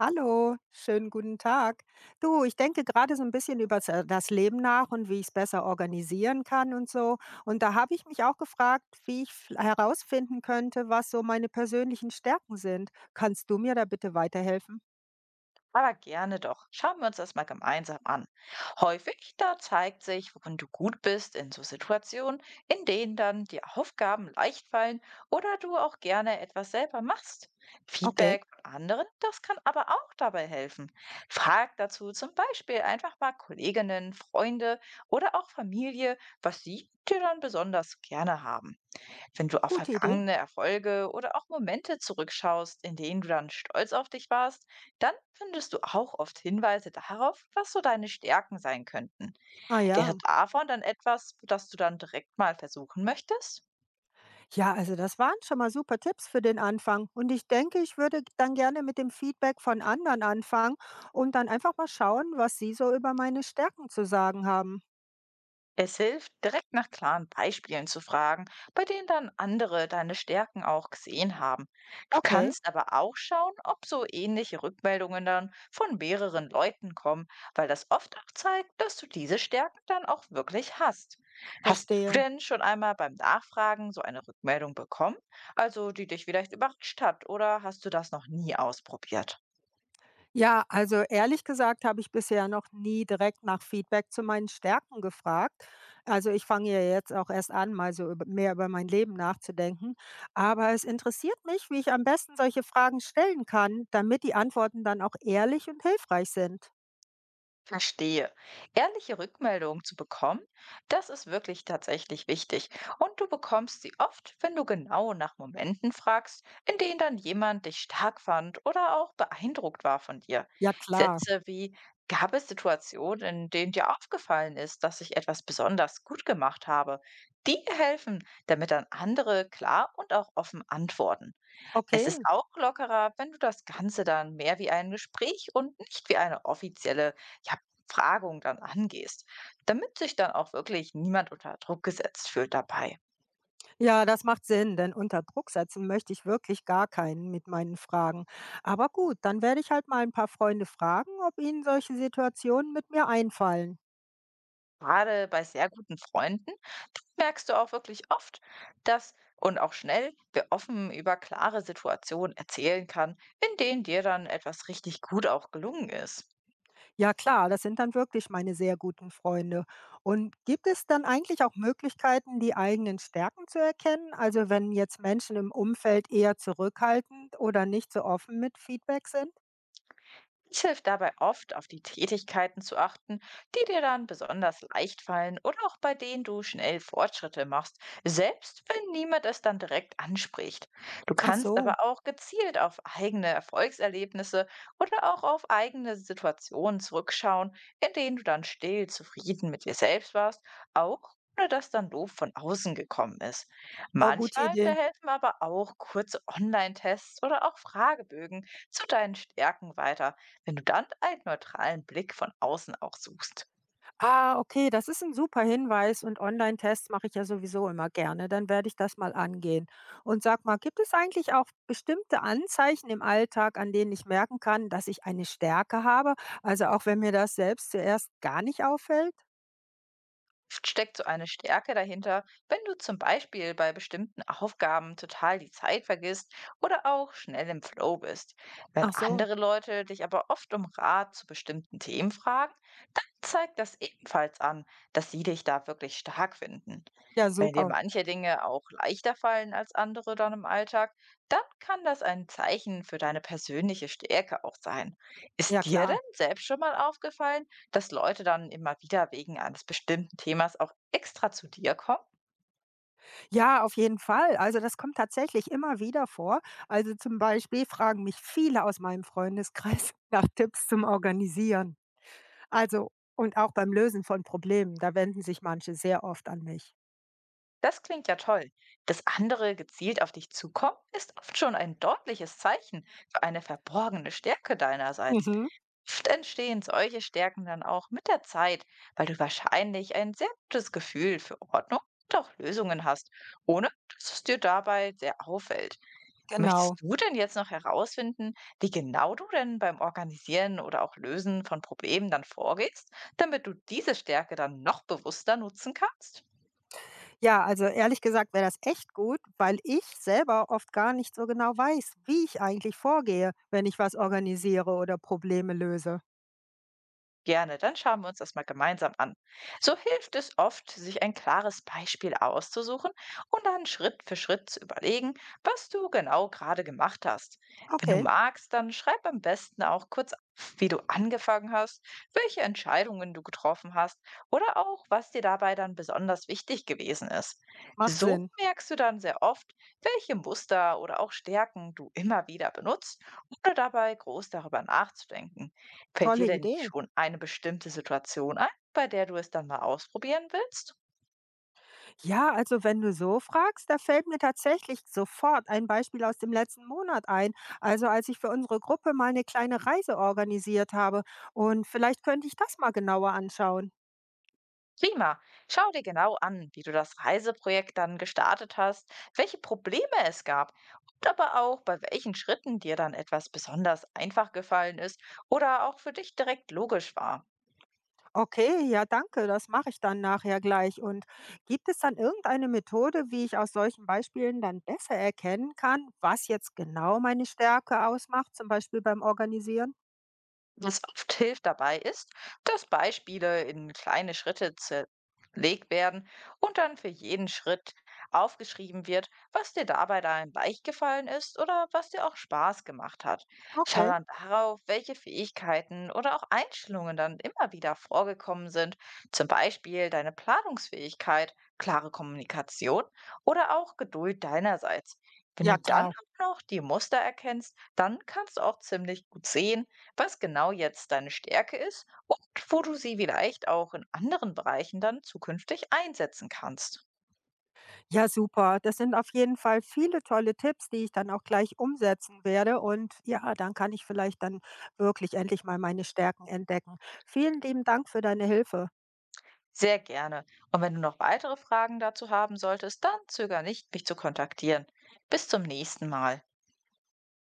Hallo, schönen guten Tag. Du, ich denke gerade so ein bisschen über das Leben nach und wie ich es besser organisieren kann und so. Und da habe ich mich auch gefragt, wie ich v herausfinden könnte, was so meine persönlichen Stärken sind. Kannst du mir da bitte weiterhelfen? Aber gerne doch. Schauen wir uns das mal gemeinsam an. Häufig, da zeigt sich, worin du gut bist in so Situationen, in denen dann die Aufgaben leicht fallen oder du auch gerne etwas selber machst. Okay, Feedback von anderen, das kann aber auch dabei helfen. Frag dazu zum Beispiel einfach mal Kolleginnen, Freunde oder auch Familie, was sie dir dann besonders gerne haben. Wenn du auf gute Idee. vergangene Erfolge oder auch Momente zurückschaust, in denen du dann stolz auf dich warst, dann findest du auch oft Hinweise darauf, was so deine Stärken sein könnten. Ah Wäre ja. davon dann etwas, das du dann direkt mal versuchen möchtest? Ja, also das waren schon mal super Tipps für den Anfang. Und ich denke, ich würde dann gerne mit dem Feedback von anderen anfangen und dann einfach mal schauen, was sie so über meine Stärken zu sagen haben. Es hilft, direkt nach klaren Beispielen zu fragen, bei denen dann andere deine Stärken auch gesehen haben. Du Okay, kannst aber auch schauen, ob so ähnliche Rückmeldungen dann von mehreren Leuten kommen, weil das oft auch zeigt, dass du diese Stärken dann auch wirklich hast. Hast du verstehe. denn schon einmal beim Nachfragen so eine Rückmeldung bekommen, also die dich vielleicht überrascht hat, oder hast du das noch nie ausprobiert? Ja, also ehrlich gesagt habe ich bisher noch nie direkt nach Feedback zu meinen Stärken gefragt. Also ich fange ja jetzt auch erst an, mal mehr über mein Leben nachzudenken. Aber es interessiert mich, wie ich am besten solche Fragen stellen kann, damit die Antworten dann auch ehrlich und hilfreich sind. Verstehe. Ehrliche Rückmeldungen zu bekommen, das ist wirklich tatsächlich wichtig. Und du bekommst sie oft, wenn du genau nach Momenten fragst, in denen dann jemand dich stark fand oder auch beeindruckt war von dir. Ja klar. Sätze wie, gab es Situationen, in denen dir aufgefallen ist, dass ich etwas besonders gut gemacht habe? Die helfen, damit dann andere klar und auch offen antworten. Es Okay. ist auch lockerer, wenn du das Ganze dann mehr wie ein Gespräch und nicht wie eine offizielle, ja, Befragung dann angehst, damit sich dann auch wirklich niemand unter Druck gesetzt fühlt dabei. Ja, das macht Sinn, denn unter Druck setzen möchte ich wirklich gar keinen mit meinen Fragen. Aber gut, dann werde ich halt mal ein paar Freunde fragen, ob ihnen solche Situationen mit mir einfallen. Gerade bei sehr guten Freunden merkst du auch wirklich oft, dass und auch schnell, wer offen über klare Situationen erzählen kann, in denen dir dann etwas richtig gut auch gelungen ist. Ja klar, das sind dann wirklich meine sehr guten Freunde. Und gibt es dann eigentlich auch Möglichkeiten, die eigenen Stärken zu erkennen? Also wenn jetzt Menschen im Umfeld eher zurückhaltend oder nicht so offen mit Feedback sind? Es hilft dabei oft, auf die Tätigkeiten zu achten, die dir dann besonders leicht fallen oder auch bei denen du schnell Fortschritte machst, selbst wenn niemand es dann direkt anspricht. Du Ach kannst so, aber auch gezielt auf eigene Erfolgserlebnisse oder auch auf eigene Situationen zurückschauen, in denen du dann still zufrieden mit dir selbst warst, auch ohne dass dann Lob von außen gekommen ist. oh, gute Manchmal, da Idee. helfen aber auch kurze Online-Tests oder auch Fragebögen zu deinen Stärken weiter, wenn du dann einen neutralen Blick von außen auch suchst. Ah, okay, das ist ein super Hinweis und Online-Tests mache ich ja sowieso immer gerne. Dann werde ich das mal angehen. Und sag mal, gibt es eigentlich auch bestimmte Anzeichen im Alltag, an denen ich merken kann, dass ich eine Stärke habe? Also auch wenn mir das selbst zuerst gar nicht auffällt? Oft steckt so eine Stärke dahinter, wenn du zum Beispiel bei bestimmten Aufgaben total die Zeit vergisst oder auch schnell im Flow bist. Wenn Ach so, andere Leute dich aber oft um Rat zu bestimmten Themen fragen, dann zeigt das ebenfalls an, dass sie dich da wirklich stark finden. ja Wenn dir super. manche Dinge auch leichter fallen als andere dann im Alltag, dann kann das ein Zeichen für deine persönliche Stärke auch sein. Ja Ist dir denn klar. selbst schon mal aufgefallen, dass Leute dann immer wieder wegen eines bestimmten Themas auch extra zu dir kommen, Ja, auf jeden Fall. Also das kommt tatsächlich immer wieder vor. Also zum Beispiel fragen mich viele aus meinem Freundeskreis nach Tipps zum Organisieren. Also und auch beim Lösen von Problemen, da wenden sich manche sehr oft an mich. das klingt ja toll. Dass andere gezielt auf dich zukommen, ist oft schon ein deutliches Zeichen für eine verborgene Stärke deinerseits. Mhm, Oft entstehen solche Stärken dann auch mit der Zeit, weil du wahrscheinlich ein sehr gutes Gefühl für Ordnung und auch Lösungen hast, ohne dass es dir dabei sehr auffällt. genau. Möchtest du denn jetzt noch herausfinden, wie genau du denn beim Organisieren oder auch Lösen von Problemen dann vorgehst, damit du diese Stärke dann noch bewusster nutzen kannst? Ja, also ehrlich gesagt wäre das echt gut, weil ich selber oft gar nicht so genau weiß, wie ich eigentlich vorgehe, wenn ich was organisiere oder Probleme löse. Gerne, dann schauen wir uns das mal gemeinsam an. So hilft es oft, sich ein klares Beispiel auszusuchen und dann Schritt für Schritt zu überlegen, was du genau gerade gemacht hast. Wenn du Okay, magst, dann schreib am besten auch kurz auf, wie du angefangen hast, welche Entscheidungen du getroffen hast oder auch, was dir dabei dann besonders wichtig gewesen ist. macht So Sinn. merkst du dann sehr oft, welche Muster oder auch Stärken du immer wieder benutzt, ohne dabei groß darüber nachzudenken. Fällt Tolle dir denn Idee. schon eine bestimmte Situation ein, bei der du es dann mal ausprobieren willst? Ja, also wenn du so fragst, da fällt mir tatsächlich sofort ein Beispiel aus dem letzten Monat ein. Also als ich für unsere Gruppe mal eine kleine Reise organisiert habe. Und vielleicht könnte ich das mal genauer anschauen. Prima. Schau dir genau an, wie du das Reiseprojekt dann gestartet hast, welche Probleme es gab und aber auch bei welchen Schritten dir dann etwas besonders einfach gefallen ist oder auch für dich direkt logisch war. Okay, ja, danke, das mache ich dann nachher gleich. Und gibt es dann irgendeine Methode, wie ich aus solchen Beispielen dann besser erkennen kann, was jetzt genau meine Stärke ausmacht, zum Beispiel beim Organisieren? Was oft hilft dabei ist, dass Beispiele in kleine Schritte zerlegt werden und dann für jeden Schritt aufgeschrieben wird, was dir dabei dann leicht gefallen ist oder was dir auch Spaß gemacht hat. Schau Okay, dann darauf, welche Fähigkeiten oder auch Einstellungen dann immer wieder vorgekommen sind, zum Beispiel deine Planungsfähigkeit, klare Kommunikation oder auch Geduld deinerseits. Wenn ja du dann klar. auch noch die Muster erkennst, dann kannst du auch ziemlich gut sehen, was genau jetzt deine Stärke ist und wo du sie vielleicht auch in anderen Bereichen dann zukünftig einsetzen kannst. Ja, super. Das sind auf jeden Fall viele tolle Tipps, die ich dann auch gleich umsetzen werde. Und ja, dann kann ich vielleicht dann wirklich endlich mal meine Stärken entdecken. Vielen lieben Dank für deine Hilfe. Sehr gerne. Und wenn du noch weitere Fragen dazu haben solltest, dann zöger nicht, mich zu kontaktieren. Bis zum nächsten Mal.